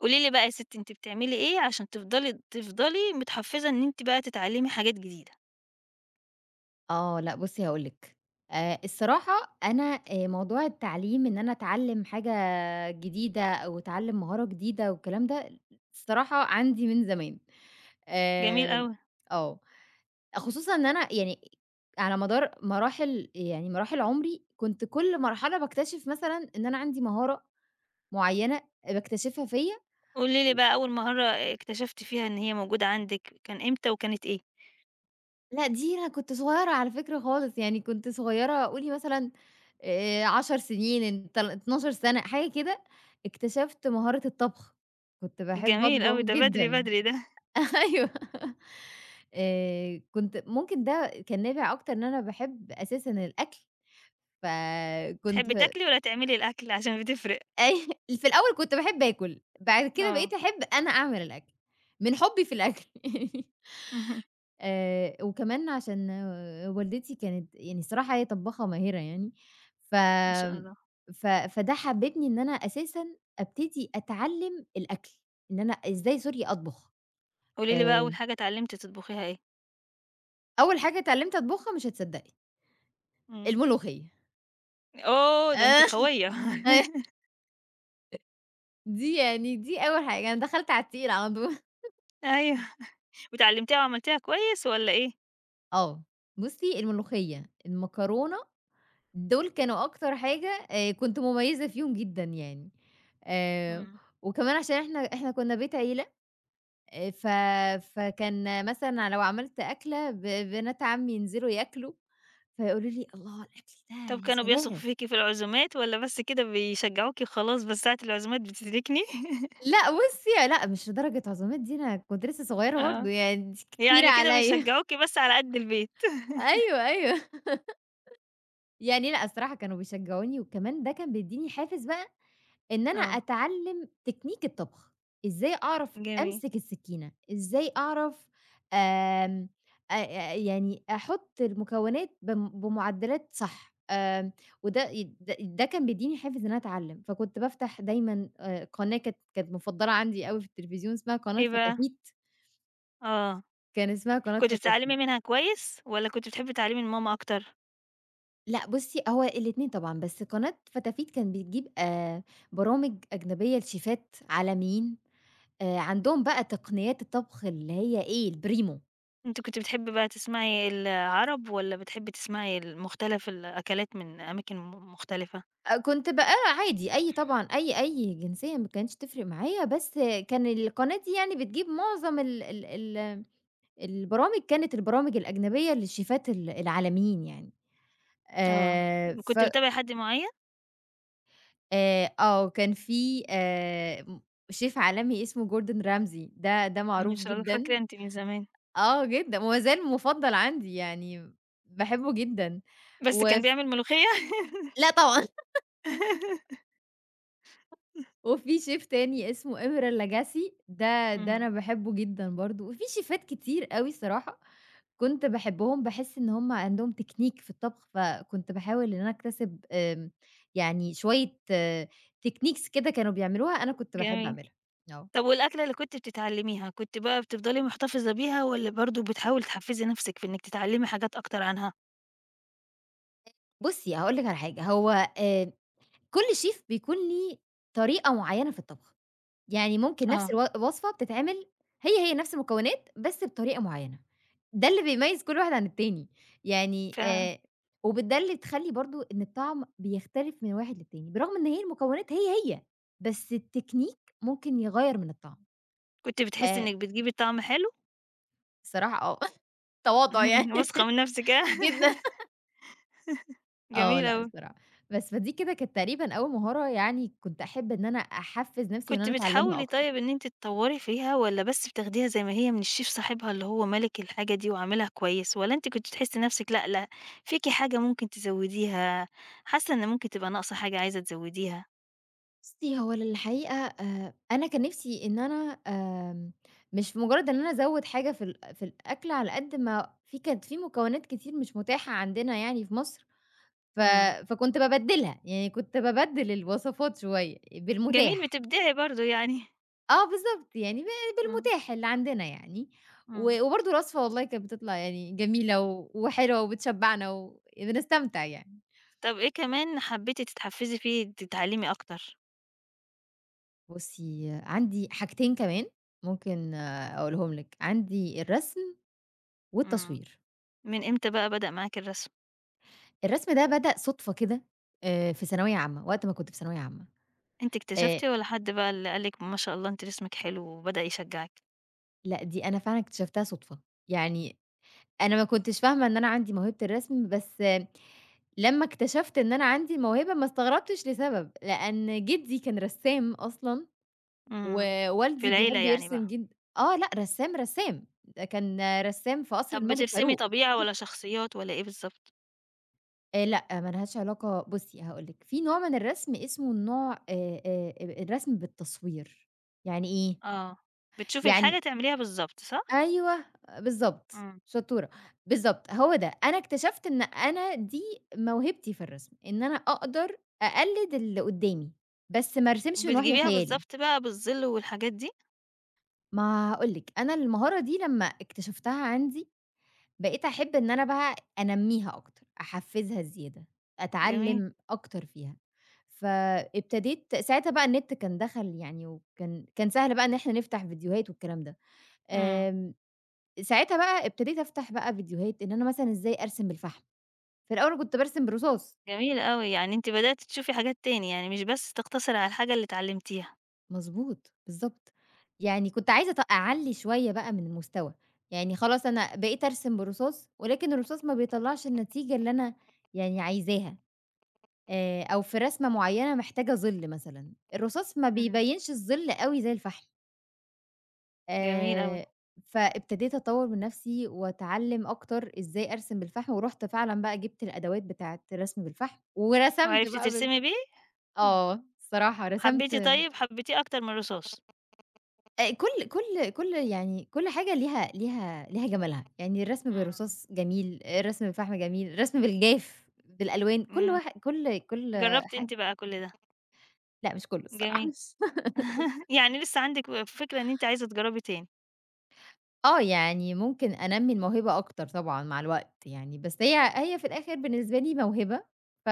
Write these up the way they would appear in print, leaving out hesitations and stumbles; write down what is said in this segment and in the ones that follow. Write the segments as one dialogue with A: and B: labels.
A: قولي لي بقى يا ستي، أنتِ بتعملي إيه عشان تفضلي متحفّزة إن أنتِ بقى تتعلّمي حاجات جديدة؟
B: آه، لأ بُصّي هاقول لِك، الصراحة أنا موضوع التعليم إن أنا أتعلّم حاجة جديدة أو أتعلّم مهارة جديدة والكلام ده، الصراحة عندي من زمان.
A: جميل
B: آآ
A: أوي.
B: آه، خصوصًا إن أنا يعني على مدار مراحل، يعني مراحل عمري، كنت كل مرحلة باكتشف مثلًا إن أنا عندي مهارة معيّنة باكتشفها فيّا.
A: قولي لي بقى أول مهارة اكتشفتِ فيها إن هي موجودة عندِك كان إمتى وكانت إيه؟
B: لأ، دي أنا كنت صغيّرة على فكرة خالص، يعني كنت صغيّرة، قولي مثلًا 10 سنين 12 سَنة حاجة كده، اكتشفت مهارة الطبخ، كنت باحب
A: جميل
B: أطبخ
A: أوي، ده بدري،
B: جدًا.
A: بدري ده.
B: أيوه. كنت ممكن ده كان نابع أكتر إن أنا باحب أساسًا الأكل،
A: تحبّي
B: فكنت
A: تاكلي والّا تعملي الأكل عشان بتفرق؟
B: أي. في الأول كنت باحب آكل، بعد كده
A: آه.
B: بقيت أحب أنا أعمل الأكل، من حُبّي في الأكل.
A: اهم.
B: وكمان عشان آه، والدتي كانت يعني الصراحة هي طبّاخة ماهرة يعني، ف
A: ما شاء الله.
B: ف فده حبّبني إن أنا أساسًا أبتدي أتعلّم الأكل، إن أنا إزاي sorry أطبخ.
A: قولي لي بقى أول
B: آآ
A: حاجة اتعلّمتِ تطبخيها إيه؟
B: أول حاجة اتعلّمت أطبخها مش هتصدّقي:
A: إمم.
B: الملوخية.
A: أوه! ده
B: آآ
A: أنتِ قوية.
B: دي يعني دي أول حاجة، أنا دخلت على التقيل على طول.
A: أيوه. واتعلّمتيها وعملتيها كويس والّا إيه؟
B: آه، بُصّي الملوخية، المكرونة، دول كانوا أكتر حاجة كنت مميزة فيهم جدًا يعني. آآ
A: إمم.
B: وكمان عشان إحنا كنا بيت عيلة، ف فكان مثلًا لو عملت أكلة بنات عمي ينزلوا ياكلوا، فيقولوا لي: "الله الأكل ده
A: طب
B: يا
A: كانوا بيثقوا
B: سلام."
A: فيكِ في العزومات والّا بس كده بيشجعوكِ وخلاص بس ساعة العزومات بتتركني؟
B: لأ بُصّي لأ، مش لدرجة عزومات، دي أنا كنت لسه صغيرة برضه،
A: آه،
B: يعني أنتِ كتير
A: يعني كده
B: عليَّ.
A: بيشجعوكِ بس على قد البيت.
B: أيوه، أيوه. يعني لأ الصراحة كانوا بيشجعوني، وكمان ده كان بيدّيني حافز بقى إن أنا
A: آه،
B: أتعلّم تكنيك الطبخ، إزاي أعرف
A: جميل.
B: أمسك السكينة، إزاي أعرف آمم أ أ يعني أحُط المكونات بمعدّلات صح. آمم وده ي د ده كان بيدّيني حافز إن أنا أتعلّم، فكنت بافتح دايمًا قناة كانت مُفضّلة عندي أوي في التلفزيون اسمها قناة
A: إيه بقى؟
B: فتافيت،
A: آه،
B: كان اسمها قناة
A: كنتِ
B: فتافيت.
A: بتتعلمي منها كويس والّا كنتِ بتحبي تعلمي من ماما أكتر؟
B: لأ بُصّي، هو الاتنين طبعًا، بس قناة فتافيت كان بتجيب برامج أجنبية لشيفات عالميين، عندهم بقى تقنيات الطبخ اللي هي إيه، الPrimo.
A: أنتِ كنتِ بتحبي بقى تسمعي العرب والّا بتحبي تسمعي ال مختلف الأكلات من أماكن مختلفة؟
B: كنت بقى عادي، أي طبعًا، أي جنسية ما كانتش تفرق معايا، بس كان القناة دي يعني بتجيب معظم ال ال ال البرامج، كانت البرامج الأجنبية للشيفات العالميين يعني.
A: آه،
B: ف
A: كنتِ بتتابعي حد معين؟
B: آه، كان في م شيف عالمي اسمه Gordon Ramsay، ده
A: ما
B: معروف
A: شاء الله، فاكرة
B: جدًا.
A: أنتِ من زمان.
B: آه جدًا، وما زال مُفضّل عندي يعني، باحبه جدًا.
A: بس كان
B: وف
A: بيعمل ملوخية؟
B: لأ طبعًا. وفي شيف تاني اسمه إبرة اللجاسي، ده
A: إمم،
B: أنا باحبه جدًا برضه، وفي شيفات كتير أوي الصراحة كنت باحبهم، باحس إن هُم عندهم تكنيك في الطبخ، فكنت باحاول إن أنا أكتسب يعني شوية techniques كده كانوا بيعملوها أنا كنت باحب
A: جميل.
B: أعملها. آه.
A: طب والأكلة اللي كنتِ بتتعلميها، كنتِ بقى بتفضلي محتفظة بيها والّا برضه بتحاولي تحفّزي نفسِك في إنِّك تتعلمي حاجات أكتر عنها؟
B: بُصّي هاقول لِك على حاجة، هو آآ، كل شيف بيكون ليه طريقة معيّنة في الطبخ. يعني ممكن نفس
A: آه.
B: الوصفة بتتعمل، هي نفس المكونات بس بطريقة معيّنة. ده اللي بيميّز كل واحد عن التاني، يعني
A: فكنتِ
B: وبده اللي تخلّي برضه إن الطعم بيختلف من واحد للتاني، برغم إن هي المكونات هي، بس التكنيك ممكن يغيّر من الطعم. آآ
A: بتحسّي إنِّك بتجيبي طعم حلو؟
B: الصراحة آه، تواضع يعني.
A: واثقة من نفسِك ها
B: جدًا. آه،
A: جميل
B: لأ
A: أوي.
B: الصراحة. بس فدي كده كانت تقريبًا أول مهارة، يعني كنت أحب إن أنا أحفّز نفسي وإن
A: كنتِ
B: أنا أتعلمها
A: بتحاولي
B: أكتر.
A: طيب إن أنتِ تطوّري فيها والّا بس بتاخديها زي ما هي من الشيف صاحبها اللي هو مَلِك الحاجة دي وعاملها كويس، والّا أنتِ كنتِ تحسّي نفسِك لأ، لأ فيكِ حاجة ممكن تزوّديها، حاسة إن ممكن تبقى ناقصة حاجة عايزة تزوّديها؟
B: بُصّي، هو للحقيقة أنا كان نِفْسي إن أنا آمم مش مُجرّد إن أنا أزوّد حاجة في في الأكل، على قد ما في كانت في مكونات كتير مش مُتاحة عندنا يعني في مصر، ف
A: إمم،
B: فكنت بابدّلها، يعني كنت بابدّل الوصفات شوية
A: جميل
B: بالمُتاح.
A: بتبدعي برضه يعني.
B: آه بالضبط، يعني
A: إمم،
B: بالمُتاح اللي عندنا يعني.
A: إمم.
B: وبرضه الوصفة والله كانت بتطلع يعني جميلة وحلوة وبتشبّعنا وبنستمتع يعني.
A: طب إيه كمان حبيتِ تتحفزي فيه تتعلمي أكتر؟
B: بُصّي، آه، عندي حاجتين كمان ممكن آه، أقولهم لِك: عندي الرسم
A: إمم،
B: والتصوير.
A: من إمتى بقى بدأ معاكِ الرسم؟
B: الرسم ده بدأ صُدفة كده، في ثانوية عامة، وقت ما كنت في ثانوية عامة.
A: أنتِ
B: آآ
A: اكتشفتِ والّا حد بقى اللي قال لِك ما شاء الله أنتِ رسمِك حلو وبدأ يشجعِك؟
B: لأ، دي أنا فعلًا اكتشفتها صُدفة. يعني أنا ما كنتش فاهمة إن أنا عندي موهبة الرسم، بس آه، لمّا اكتشفت إن أنا عندي الموهبة، ما استغربتش لسبب، لإن جدي كان رسّام أصلًا،
A: إمم، في
B: ووالدي
A: العيلة
B: بيحب
A: يعني بقى.
B: يرسم جد آه، لأ، رسّام، رسّام. ده كان رسّام في قصر
A: طب
B: الملك
A: بترسمي
B: فاروق.
A: طبيعة والّا شخصيات والّا إيه بالضبط؟
B: لأ، ما لهاش علاقة، بُصّي هاقول لِك، في نوع من الرسم اسمه النوع الرسم بالتصوير. يعني إيه؟
A: آه، بتشوفي
B: يعني
A: الحاجة تعمليها بالضبط صح؟
B: أيوه بالضبط،
A: إمم،
B: شطورة، بالضبط هو ده. أنا اكتشفت إن أنا دي موهبتي في الرسم، إن أنا أقدر أقلد اللي قدّامي، بس ما ارسمش من وحي
A: بتجيبيها
B: خيالي.
A: بالضبط بقى بالظل والحاجات دي؟
B: ما هاقول لِك، أنا المهارة دي لمّا اكتشفتها عندي، بقيت أحب إن أنا بقى أنمّيها أكتر، أحفّزها زيادة،
A: جميل،
B: أتعلّم أكتر فيها. فابتديت ساعتها بقى، النت كان دخل يعني وكان سهل بقى إن إحنا نفتح فيديوهات والكلام ده.
A: إمم،
B: آمم ساعتها بقى ابتديت أفتح بقى فيديوهات إن أنا مثلًا إزاي أرسم بالفحم، في الأول كنت بارسم بالرصاص.
A: جميل أوي، يعني أنتِ بدأتِ تشوفي حاجات تاني، يعني مش بس تقتصري على الحاجة اللي اتعلمتيها.
B: مضبوط، بالضبط، يعني كنت عايزة أعلّي شوية بقى من المستوى، يعني خلاص أنا بقيت أرسم بالرصاص، ولكن الرصاص ما بيطلّعش النتيجة اللي أنا يعني عايزاها. أو في رسمة معيّنة محتاجة ظِل مثلًا، الرصاص ما
A: إمم،
B: بيبيّنش الظِل أوي زي الفحم.
A: جميل أوي،
B: آآ، فابتديت أطوّر من نفسي وأتعلّم أكتر إزاي أرسم بالفحم، ورُحت فعلًا بقى جِبت الأدوات بتاعة الرسم بالفحم، ورسمت
A: وعرفتِ
B: بقى
A: ترسمي بيه؟
B: آه، الصراحة رسمت.
A: حبيتِ طيب، حبيتيه أكتر من الرصاص.
B: كل يعني كل حاجة ليها جمالها، يعني الرسم
A: إمم،
B: بالرصاص جميل، الرسم بالفحم جميل، الرسم بالجاف، بالألوان، كل
A: إمم،
B: واحد كل كل
A: جرّبتِ
B: حاجة.
A: أنتِ بقى كل ده،
B: لأ مش كله الصراحة.
A: جميل. يعني لسه عندِك فكرة إن أنتِ عايزة تجرّبي تاني،
B: آه، يعني ممكن أنمّي الموهبة أكتر طبعًا مع الوقت يعني، بس هي في الآخر بالنسبة لي موهبة، ف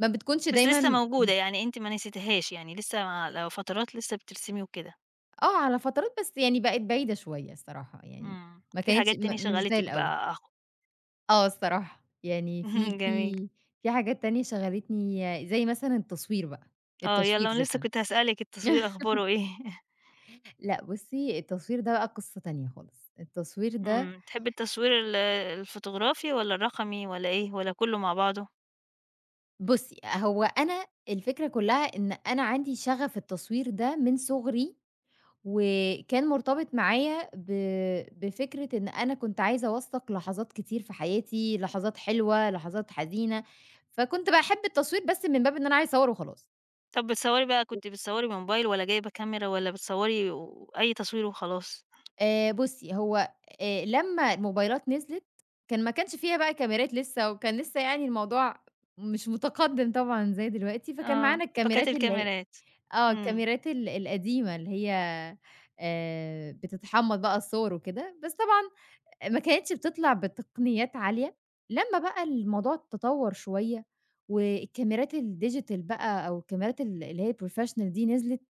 B: ما بتكونش
A: بس لسه
B: دايمًا.
A: موجودة، يعني أنتِ ما نسيتيهاش، يعني لسه على فترات لسه بترسمي وكده،
B: آه، على فترات بس، يعني بقت بعيدة شوية الصراحة، يعني
A: إمم،
B: ما
A: في
B: كانتش
A: حاجات تاني
B: مش زي
A: شغّلتِك
B: الأول.
A: بقى أهو،
B: آه الصراحة، يعني في
A: جميل.
B: في حاجات تانية شغّلتني، زي مثلًا التصوير بقى.
A: آه،
B: التصوير
A: يالّا أنا
B: ذات
A: لسه
B: نف
A: كنت هاسألِك التصوير أخباره إيه؟
B: لأ بُصّي، التصوير ده بقى قصة تانية خالص. التصوير ده،
A: إمم، تحبّي التصوير ال الفوتوغرافي والّا الرقمي والّا إيه، والّا كُلّه مع بعضه؟
B: بُصّي، هو أنا الفكرة كلّها إن أنا عندي شغف التصوير ده من صُغري، وكان مرتبط معايا بفكرة إن أنا كنت عايزة أوثّق لحظات كتير في حياتي، لحظات حلوة، لحظات حزينة. فكنت باحب التصوير بس من باب إن أنا عايزة أصوّر وخلاص.
A: طَب بتصوّري بقى كنتِ بتصوّري بموبايل والّا جايبة كاميرا والّا بتصوّري و أي تصوير وخلاص؟
B: بُصّي، هو لمّا الموبايلات نزلت، كان ما كانش فيها بقى كاميرات لسه، وكان لسه يعني الموضوع مش متقدِّم طبعًا زي دلوقتي، فكان
A: آه،
B: معانا
A: باكات
B: الكاميرات اللي هي
A: الكاميرات،
B: آه،
A: إمم،
B: الكاميرات القديمة اللي هي بتتحمّض بقى الصور وكده، بس طبعًا ما كانتش بتطلع بتقنيات عالية. لمّا بقى الموضوع اتطوّر شوية، والكاميرات الdigital بقى، أو الكاميرات اللي هي الprofessional دي نزلت،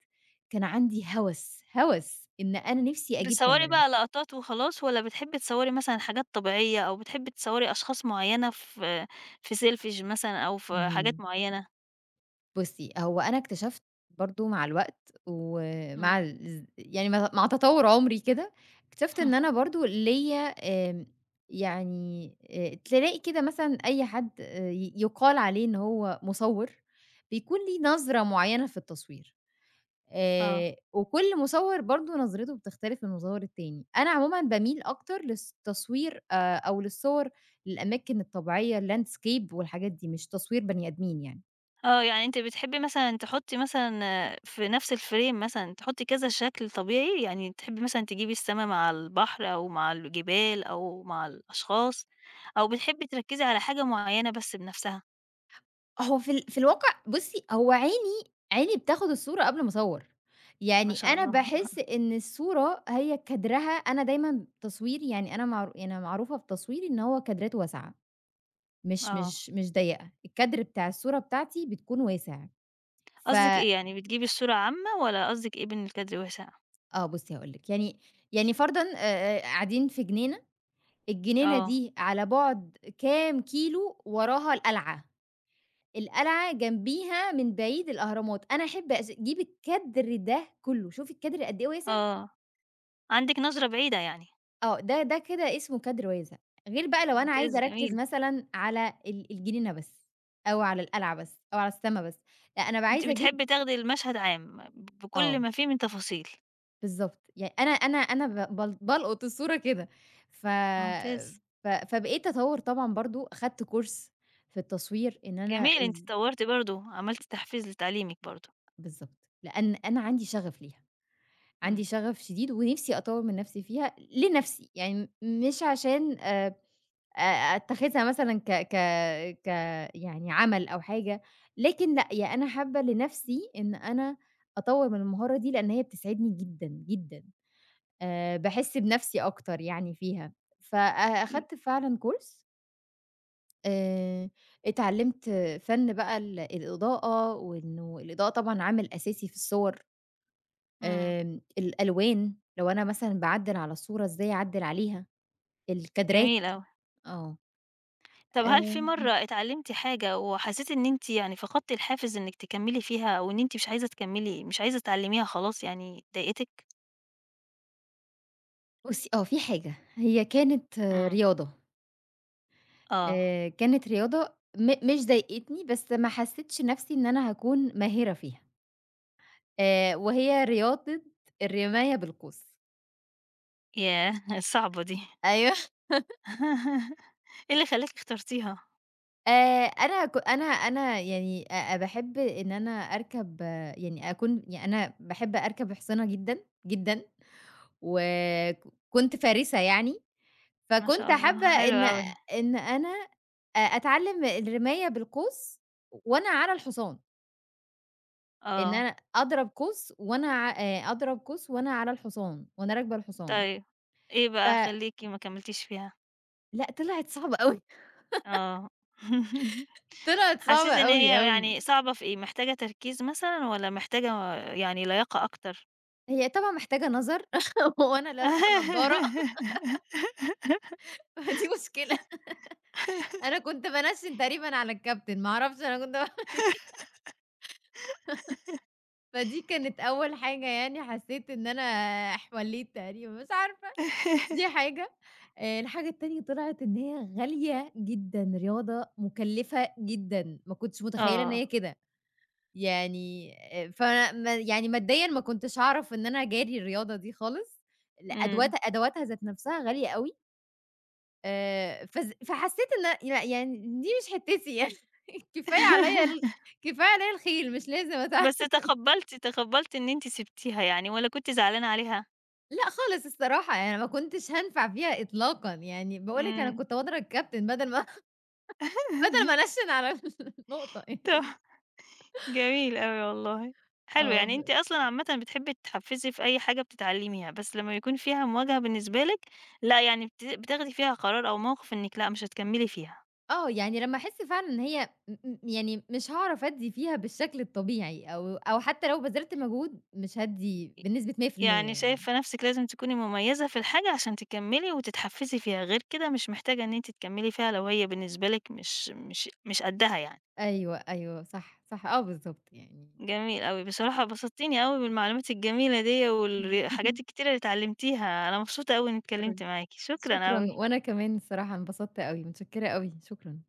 B: كان عندي هَوَس، هَوَس إن أنا نِفْسي أجيب
A: بتصوّري
B: كاميرا.
A: بقى لقطات وخلاص والّا بتحبي تصوّري مثلًا حاجات طبيعية أو بتحبي تصوّري أشخاص معيّنة في في selfies مثلًا أو في حاجات
B: اهم.
A: معيّنة؟
B: بُصّي، هو أنا اكتشفت برضه مع الوقت ومع
A: إمم،
B: يعني مع تطوّر عمري كده، اكتشفت إن أنا برضه ليّا آمم، يعني تلاقي كده مثلًا أي حد ي يُقال عليه إن هو مصوّر، بيكون ليه نظرة معيّنة في التصوير.
A: آه،
B: وكل مصوّر برضه نظرته بتختلف من مصوّر التاني. أنا عمومًا باميل أكتر للتصوير أو للصور للأماكن الطبيعية، الlandscape والحاجات دي، مش تصوير بني آدمين يعني.
A: آه، يعني أنتِ بتحبي مثلًا تحطّي مثلًا آه، في نفس الframe مثلًا تحطّي كذا شكل طبيعي، يعني تحبي مثلًا تجيبي السما مع البحر أو مع الجبال أو مع الأشخاص، أو بتحبي تركّزي على حاجة معيّنة بس بنفسها؟
B: هو في الواقع بُصّي، هو عيني بتاخد الصورة قبل ما أصوّر.
A: ما
B: يعني
A: شاء
B: أنا
A: الله،
B: باحس إن الصورة هي كادرها، أنا دايمًا تصويري، يعني أنا أنا معروفة بتصويري إن هو كادرات واسعة،
A: آه.
B: مش ضيّقة. الكادر بتاع الصورة بتاعتي بتكون واسع. ف
A: قصدِك إيه يعني بتجيبي الصورة عامة والّا قصدِك إيه بإن الكادر واسع؟
B: آه بُصّي هاقول لِك، يعني فرضًا قاعدين في جنينة، الجنينة
A: آه،
B: دي على بُعد كام كيلو، وراها القلعة. القلعة جنبيها من بعيد الأهرامات. أنا أحب أجيب الكادر ده كلّه، شوفي الكادر قد إيه واسع.
A: آه، عندِك نظرة بعيدة يعني،
B: آه، ده كده اسمه كادر واسع. غير بقى لو أنا عايزة
A: ممتاز
B: أركّز
A: جميل،
B: مثلًا على الجنينة بس، أو على القلعة بس، أو على السما بس. لأ أنا بابقى
A: أنتِ
B: عايزة أجيب
A: بتحبي تاخدي المشهد عام بكل
B: آه،
A: ما فيه من تفاصيل،
B: بالضبط، يعني أنا ب بال بالقط الصورة كده. ف
A: ممتاز،
B: ف فبقيت أطوّر طبعًا برضه. أخدت course في التصوير إن أنا
A: جميل أنتِ اتطورتِ برضه، عملتِ تحفيز لتعليمِك برضه،
B: بالضبط، لأن أنا عندي شغف ليها. عندي
A: إمم،
B: شغف شديد ونفسي أطوّر من نفسي فيها لنفسي، يعني مش عشان أ أتّخذها مثلًا ك ك ك يعني عمل أو حاجة. لكن لأ، يعني أنا حابة لنفسي إن أنا أطوّر من المهارة دي، لإن هي بتسعدني جدًا، جدًا. باحس بنفسي أكتر يعني فيها. فأخدت فعلًا كورس آآ اتعلّمت فَن بقى الإضاءة، وإنه الإضاءة طبعًا عامل أساسي في الصور.
A: إمم،
B: الألوان، لو أنا مثلًا باعدّل على الصورة إزاي أعدّل عليها، الكادرات.
A: جميل أوي.
B: آه.
A: طب هل في مرّة
B: آمم
A: اتعلمتِ حاجة وحسيتِ إن أنتِ يعني فقدتِ الحافز إنِك تكملي فيها أو إن أنتِ مش عايزة تكملي مش عايزة تتعلميها خلاص يعني ضايقتِك؟
B: بُصّي آه، في حاجة هي كانت آه،
A: إمم،
B: رياضة.
A: آه،
B: كانت رياضة مش ضايقتني، بس ما حسّيتش نَفْسي إن أنا هاكون ماهرة فيها. وهي رياضة الرماية بالقوس.
A: ياه! صعبة دي.
B: أيوه.
A: إيه اللي خلّاكِ اخترتيها؟
B: أنا ك أنا أنا يعني باحب إن أنا أركب آه، يعني أكون، يعني أنا باحب أركب حصينة جدًا، جدًا، وك كنت فارسة يعني.
A: ما
B: فكنت
A: شاء الله،
B: حابة
A: إمم. حلو
B: إن
A: أوي،
B: إن أنا أتعلّم الرماية بالقوس وأنا على الحصان، إن
A: آه،
B: أنا أضرب قوس وأنا ع أضرب قوس وأنا على الحصان، وأنا راكبة الحصان.
A: طيب إيه بقى
B: فلأ
A: خلّيكِ ما كمّلتيش فيها؟
B: طلعت صعبة أوي.
A: آه،
B: طلعت صعبة
A: حسّيتِ إن
B: أوي،
A: هي
B: أوي.
A: يعني صعبة في إيه، محتاجة تركيز مثلًا والّا محتاجة يعني لياقة أكتر؟
B: هي طبعًا محتاجة نَظَر وأنا لابسة نضارة. فدي مشكلة. أنا كنت بانشِّن تقريبًا على الكابتن، ما أعرفش أنا كنت باعمل إيه. فدي كانت أول حاجة، يعني حسيت إن أنا حوليت تقريبًا، مش عارفة. دي حاجة. الحاجة التانية طلعت إن هي غالية جدًا، رياضة مُكلّفة جدًا، ما كنتش متخيّلة إن
A: آه،
B: هي كده. يعني ف ما يعني ماديًا ما كنتش أعرف إن أنا أجاري الرياضة دي خالص. أدوات
A: إمم،
B: أدواتها ذات نَفْسها غالية أوي. فز فحسّيت إن لأ، يعني دي مش حتّتي يعني. كفاية عليّا كفاية عليّا الخيل، مش لازم
A: بس تقبّلتِ إن أنتِ سِبتيها يعني والّا كنتِ زعلانة عليها؟
B: لأ خالص الصراحة، يعني أنا ما كنتش هانفع فيها إطلاقًا، يعني باقول لِك أنا
A: إمم،
B: كنت هاضرب الكابتن بدل ما أنشِّن على النقطة.
A: ت جميل أوي والله، حلو
B: آه، ب
A: يعني أنتِ أصلًا عامةً بتحبي تتحفزي في أي حاجة بتتعلميها، بس لمّا يكون فيها مواجهة بالنسبة لِك لأ، يعني بتاخدي فيها قرار أو موقف إنِك لأ، مش هتكملي فيها،
B: آه، يعني لمّا أحس فعلًا إن هي م م يعني مش هاعرف أدّي فيها بالشكل الطبيعي، أو حتى لو بذلت مجهود مش هادّي بنسبة
A: يعني
B: 100% يعني.
A: شايفة نفسِك لازم تكوني مميزة في الحاجة عشان تكملي وتتحفزي فيها، غير كده مش محتاجة إن أنتِ تكملي فيها لو هي بالنسبة لِك مش قدها يعني.
B: أيوه، أيوه، صح، صح، آه بالضبط يعني.
A: جميل أوي، بصراحة بسطتيني أوي بالمعلومات الجميلة ديّة والحاجات الكتيرة اللي اتعلمتيها، أنا مبسوطة أوي إني
B: شكرًا،
A: اتكلمت معاكِ، شكرًا
B: شكراً،
A: أوي.
B: وأنا كمان الصراحة انبسطت أوي، متشكّرة أوي، شكرًا.